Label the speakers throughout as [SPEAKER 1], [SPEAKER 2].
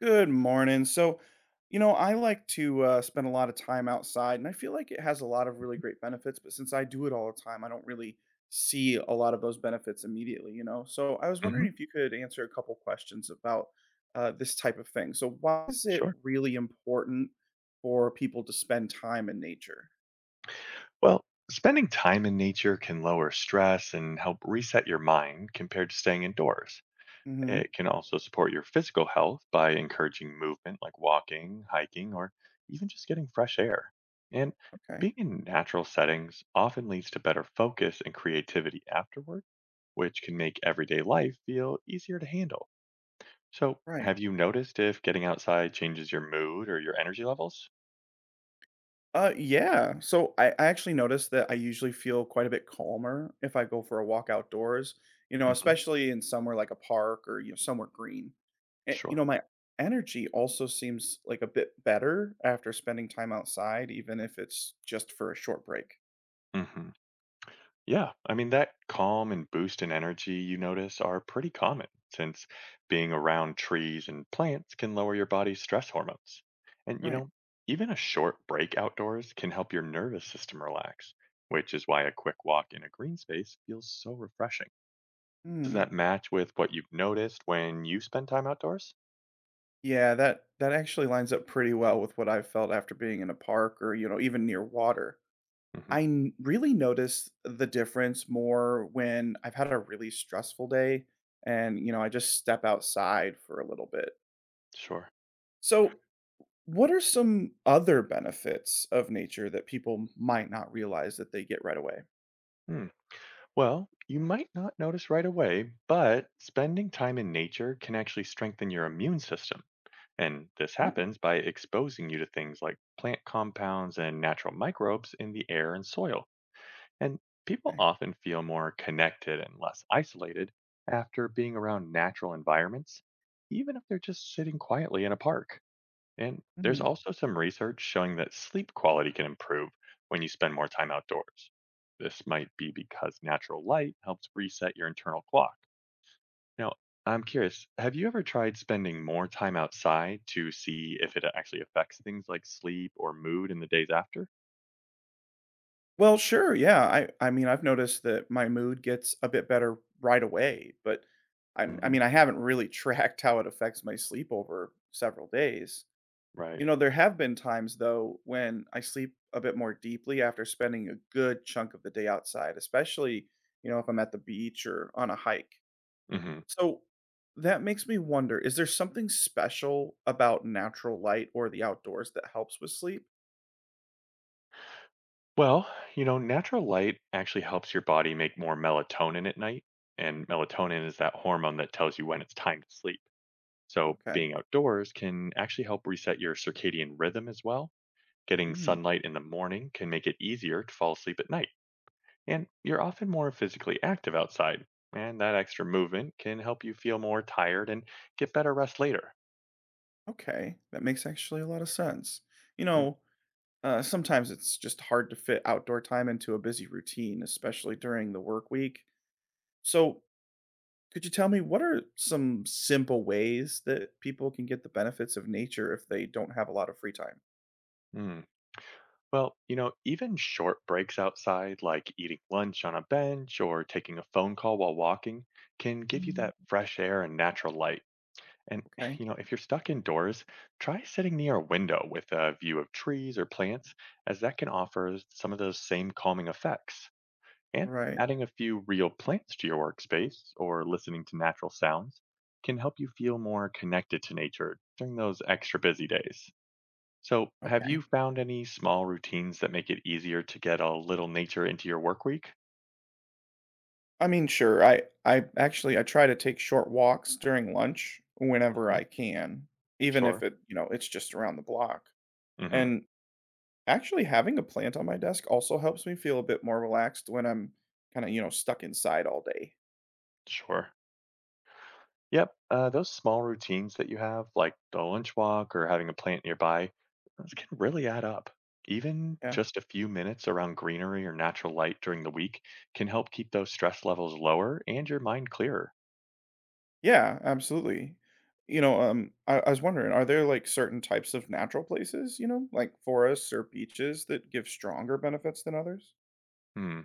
[SPEAKER 1] Good morning. So, I like to spend a lot of time outside, and I feel like it has a lot of really great benefits. But since I do it all the time, I don't really see a lot of those benefits immediately. So, I was
[SPEAKER 2] Hmm.
[SPEAKER 1] wondering if you could answer a couple questions about this type of thing. So, why is it
[SPEAKER 2] Sure.
[SPEAKER 1] really important for people to spend time in nature?
[SPEAKER 2] Well, spending time in nature can lower stress and help reset your mind compared to staying indoors.
[SPEAKER 1] Hmm.
[SPEAKER 2] It can also support your physical health by encouraging movement like walking, hiking, or even just getting fresh air. And
[SPEAKER 1] Okay.
[SPEAKER 2] being in natural settings often leads to better focus and creativity afterward, which can make everyday life feel easier to handle. So,
[SPEAKER 1] Right.
[SPEAKER 2] have you noticed if getting outside changes your mood or your energy levels?
[SPEAKER 1] Yeah. So I actually noticed that I usually feel quite a bit calmer if I go for a walk outdoors,
[SPEAKER 2] Hmm.
[SPEAKER 1] especially in somewhere like a park or somewhere green. And,
[SPEAKER 2] Sure.
[SPEAKER 1] my energy also seems like a bit better after spending time outside, even if it's just for a short break.
[SPEAKER 2] Hmm. Yeah, I mean, that calm and boost in energy you notice are pretty common since being around trees and plants can lower your body's stress hormones. And, you
[SPEAKER 1] Right.
[SPEAKER 2] know, even a short break outdoors can help your nervous system relax, which is why a quick walk in a green space feels so refreshing. Does that
[SPEAKER 1] Hmm.
[SPEAKER 2] match with what you've noticed when you spend time outdoors?
[SPEAKER 1] Yeah, that actually lines up pretty well with what I've felt after being in a park or even near water.
[SPEAKER 2] Hmm.
[SPEAKER 1] I really notice the difference more when I've had a really stressful day and, I just step outside for a little bit.
[SPEAKER 2] Sure.
[SPEAKER 1] So, what are some other benefits of nature that people might not realize that they get right away?
[SPEAKER 2] Hmm. Well, you might not notice right away, but spending time in nature can actually strengthen your immune system. And this
[SPEAKER 1] Oh,
[SPEAKER 2] happens by exposing you to things like plant compounds and natural microbes in the air and soil. And people
[SPEAKER 1] okay.
[SPEAKER 2] often feel more connected and less isolated after being around natural environments, even if they're just sitting quietly in a park. And there's
[SPEAKER 1] Hmm.
[SPEAKER 2] also some research showing that sleep quality can improve when you spend more time outdoors. This might be because natural light helps reset your internal clock. Now, I'm curious, have you ever tried spending more time outside to see if it actually affects things like sleep or mood in the days after?
[SPEAKER 1] Well, sure. Yeah. I mean, I've noticed that my mood gets a bit better right away, but I, I
[SPEAKER 2] Hmm.
[SPEAKER 1] mean, I haven't really tracked how it affects my sleep over several days.
[SPEAKER 2] Right.
[SPEAKER 1] You know, there have been times though when I sleep a bit more deeply after spending a good chunk of the day outside, especially if I'm at the beach or on a hike.
[SPEAKER 2] Hmm.
[SPEAKER 1] So that makes me wonder, is there something special about natural light or the outdoors that helps with sleep?
[SPEAKER 2] Well, you know, natural light actually helps your body make more melatonin at night. And melatonin is that hormone that tells you when it's time to sleep. So,
[SPEAKER 1] Okay.
[SPEAKER 2] being outdoors can actually help reset your circadian rhythm as well. Getting
[SPEAKER 1] Mm,
[SPEAKER 2] sunlight in the morning can make it easier to fall asleep at night. And you're often more physically active outside, and that extra movement can help you feel more tired and get better rest later.
[SPEAKER 1] okay. That makes actually a lot of sense. You know, Sometimes it's just hard to fit outdoor time into a busy routine, especially during the work week. So, could you tell me what are some simple ways that people can get the benefits of nature if they don't have a lot of free time?
[SPEAKER 2] Mhm. Well, you know, even short breaks outside, like eating lunch on a bench or taking a phone call while walking, can give you that fresh air and natural light. And,
[SPEAKER 1] Okay.
[SPEAKER 2] you know, if you're stuck indoors, try sitting near a window with a view of trees or plants, as that can offer some of those same calming effects. And
[SPEAKER 1] Right.
[SPEAKER 2] adding a few real plants to your workspace or listening to natural sounds can help you feel more connected to nature during those extra busy days. So, have
[SPEAKER 1] Okay.
[SPEAKER 2] you found any small routines that make it easier to get a little nature into your work week?
[SPEAKER 1] I mean, sure. I actually I try to take short walks during lunch whenever
[SPEAKER 2] Hmm.
[SPEAKER 1] I can, even
[SPEAKER 2] Sure.
[SPEAKER 1] if it's just around the block.
[SPEAKER 2] Hmm.
[SPEAKER 1] And actually having a plant on my desk also helps me feel a bit more relaxed when I'm kind of, stuck inside all day.
[SPEAKER 2] Sure. Yep. Those small routines that you have, like the lunch walk or having a plant nearby, those can really add up. Even
[SPEAKER 1] Yeah.
[SPEAKER 2] just a few minutes around greenery or natural light during the week can help keep those stress levels lower and your mind clearer.
[SPEAKER 1] Yeah, absolutely. I was wondering, are there like certain types of natural places, like forests or beaches that give stronger benefits than others?
[SPEAKER 2] Hmm.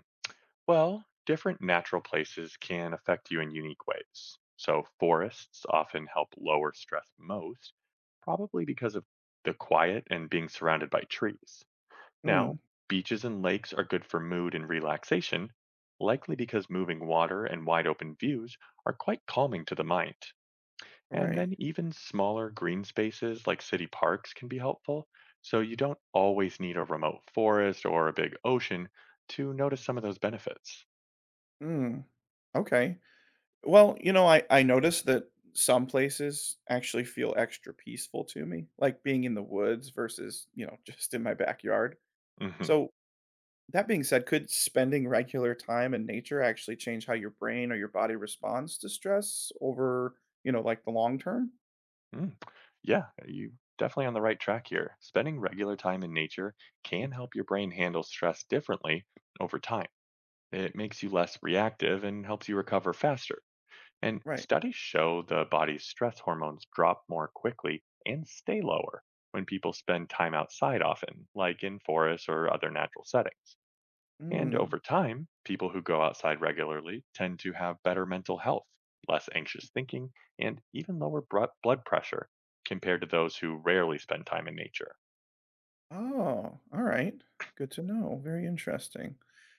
[SPEAKER 2] Well, different natural places can affect you in unique ways. So, forests often help lower stress most, probably because of the quiet and being surrounded by trees. Now,
[SPEAKER 1] Mm,
[SPEAKER 2] beaches and lakes are good for mood and relaxation, likely because moving water and wide open views are quite calming to the mind. And
[SPEAKER 1] right.
[SPEAKER 2] then even smaller green spaces like city parks can be helpful, so you don't always need a remote forest or a big ocean to notice some of those benefits.
[SPEAKER 1] Mm, okay. Well, I noticed that some places actually feel extra peaceful to me, like being in the woods versus, just in my backyard.
[SPEAKER 2] Hmm.
[SPEAKER 1] So, that being said, could spending regular time in nature actually change how your brain or your body responds to stress over, like the long term?
[SPEAKER 2] Mm. Yeah, you definitely on the right track here. Spending regular time in nature can help your brain handle stress differently over time. It makes you less reactive and helps you recover faster. And
[SPEAKER 1] Right.
[SPEAKER 2] studies show the body's stress hormones drop more quickly and stay lower when people spend time outside often, like in forests or other natural settings. And
[SPEAKER 1] Mm.
[SPEAKER 2] over time, people who go outside regularly tend to have better mental health, less anxious thinking, and even lower blood pressure compared to those who rarely spend time in nature.
[SPEAKER 1] Oh, all right. Good to know. Very interesting.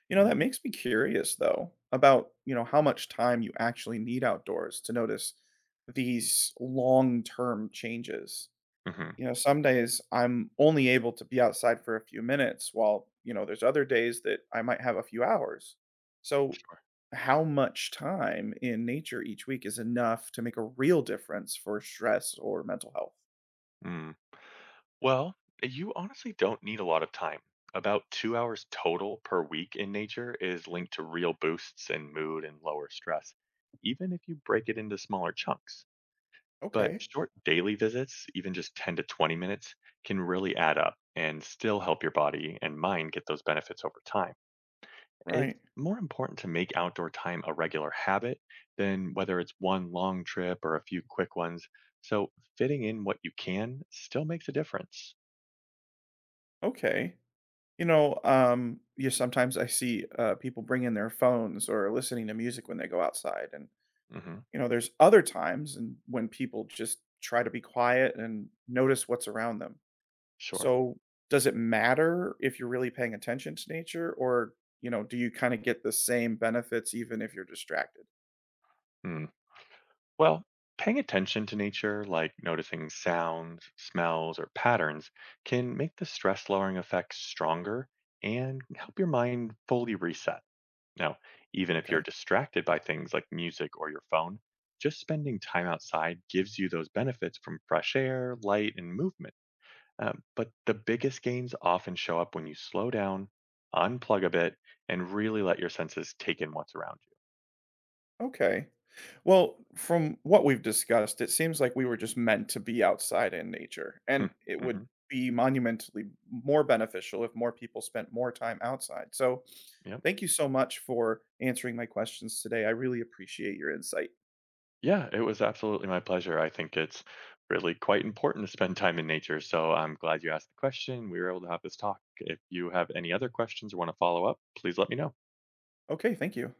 [SPEAKER 1] You know, that
[SPEAKER 2] Hmm.
[SPEAKER 1] makes me curious though about how much time you actually need outdoors to notice these long-term changes.
[SPEAKER 2] Hmm.
[SPEAKER 1] You know, some days I'm only able to be outside for a few minutes while there's other days that I might have a few hours. So,
[SPEAKER 2] Sure.
[SPEAKER 1] how much time in nature each week is enough to make a real difference for stress or mental health?
[SPEAKER 2] Mm. Well, you honestly don't need a lot of time. About 2 hours total per week in nature is linked to real boosts in mood and lower stress, even if you break it into smaller chunks. But
[SPEAKER 1] Okay.
[SPEAKER 2] short daily visits, even just 10 to 20 minutes, can really add up and still help your body and mind get those benefits over time. It's
[SPEAKER 1] Right.
[SPEAKER 2] more important to make outdoor time a regular habit than whether it's one long trip or a few quick ones. So, fitting in what you can still makes a difference.
[SPEAKER 1] Okay. You know, you Sometimes I see people bring in their phones or listening to music when they go outside, and
[SPEAKER 2] Mhm.
[SPEAKER 1] there's other times and when people just try to be quiet and notice what's around them.
[SPEAKER 2] Sure.
[SPEAKER 1] So, does it matter if you're really paying attention to nature, or do you kind of get the same benefits even if you're distracted?
[SPEAKER 2] Hmm. Well, paying attention to nature, like noticing sounds, smells, or patterns, can make the stress lowering effects stronger and help your mind fully reset. Now, even if you're
[SPEAKER 1] Okay.
[SPEAKER 2] distracted by things like music or your phone, just spending time outside gives you those benefits from fresh air, light, and movement. But the biggest gains often show up when you slow down, unplug a bit, and really let your senses take in what's around
[SPEAKER 1] Okay. Well, from what we've discussed, it seems like we were just meant to be outside in nature,
[SPEAKER 2] you. Hmm.
[SPEAKER 1] and it would
[SPEAKER 2] Mhm.
[SPEAKER 1] be monumentally more beneficial if more people spent more time outside. So,
[SPEAKER 2] Yeah.
[SPEAKER 1] thank you so much for answering my questions today. I really appreciate your insight.
[SPEAKER 2] Yeah, it was absolutely my pleasure. I think it's really quite important to spend time in nature. So I'm glad you asked the question. We were able to have this talk. If you have any other questions or want to follow up, please let me know.
[SPEAKER 1] Okay, thank you.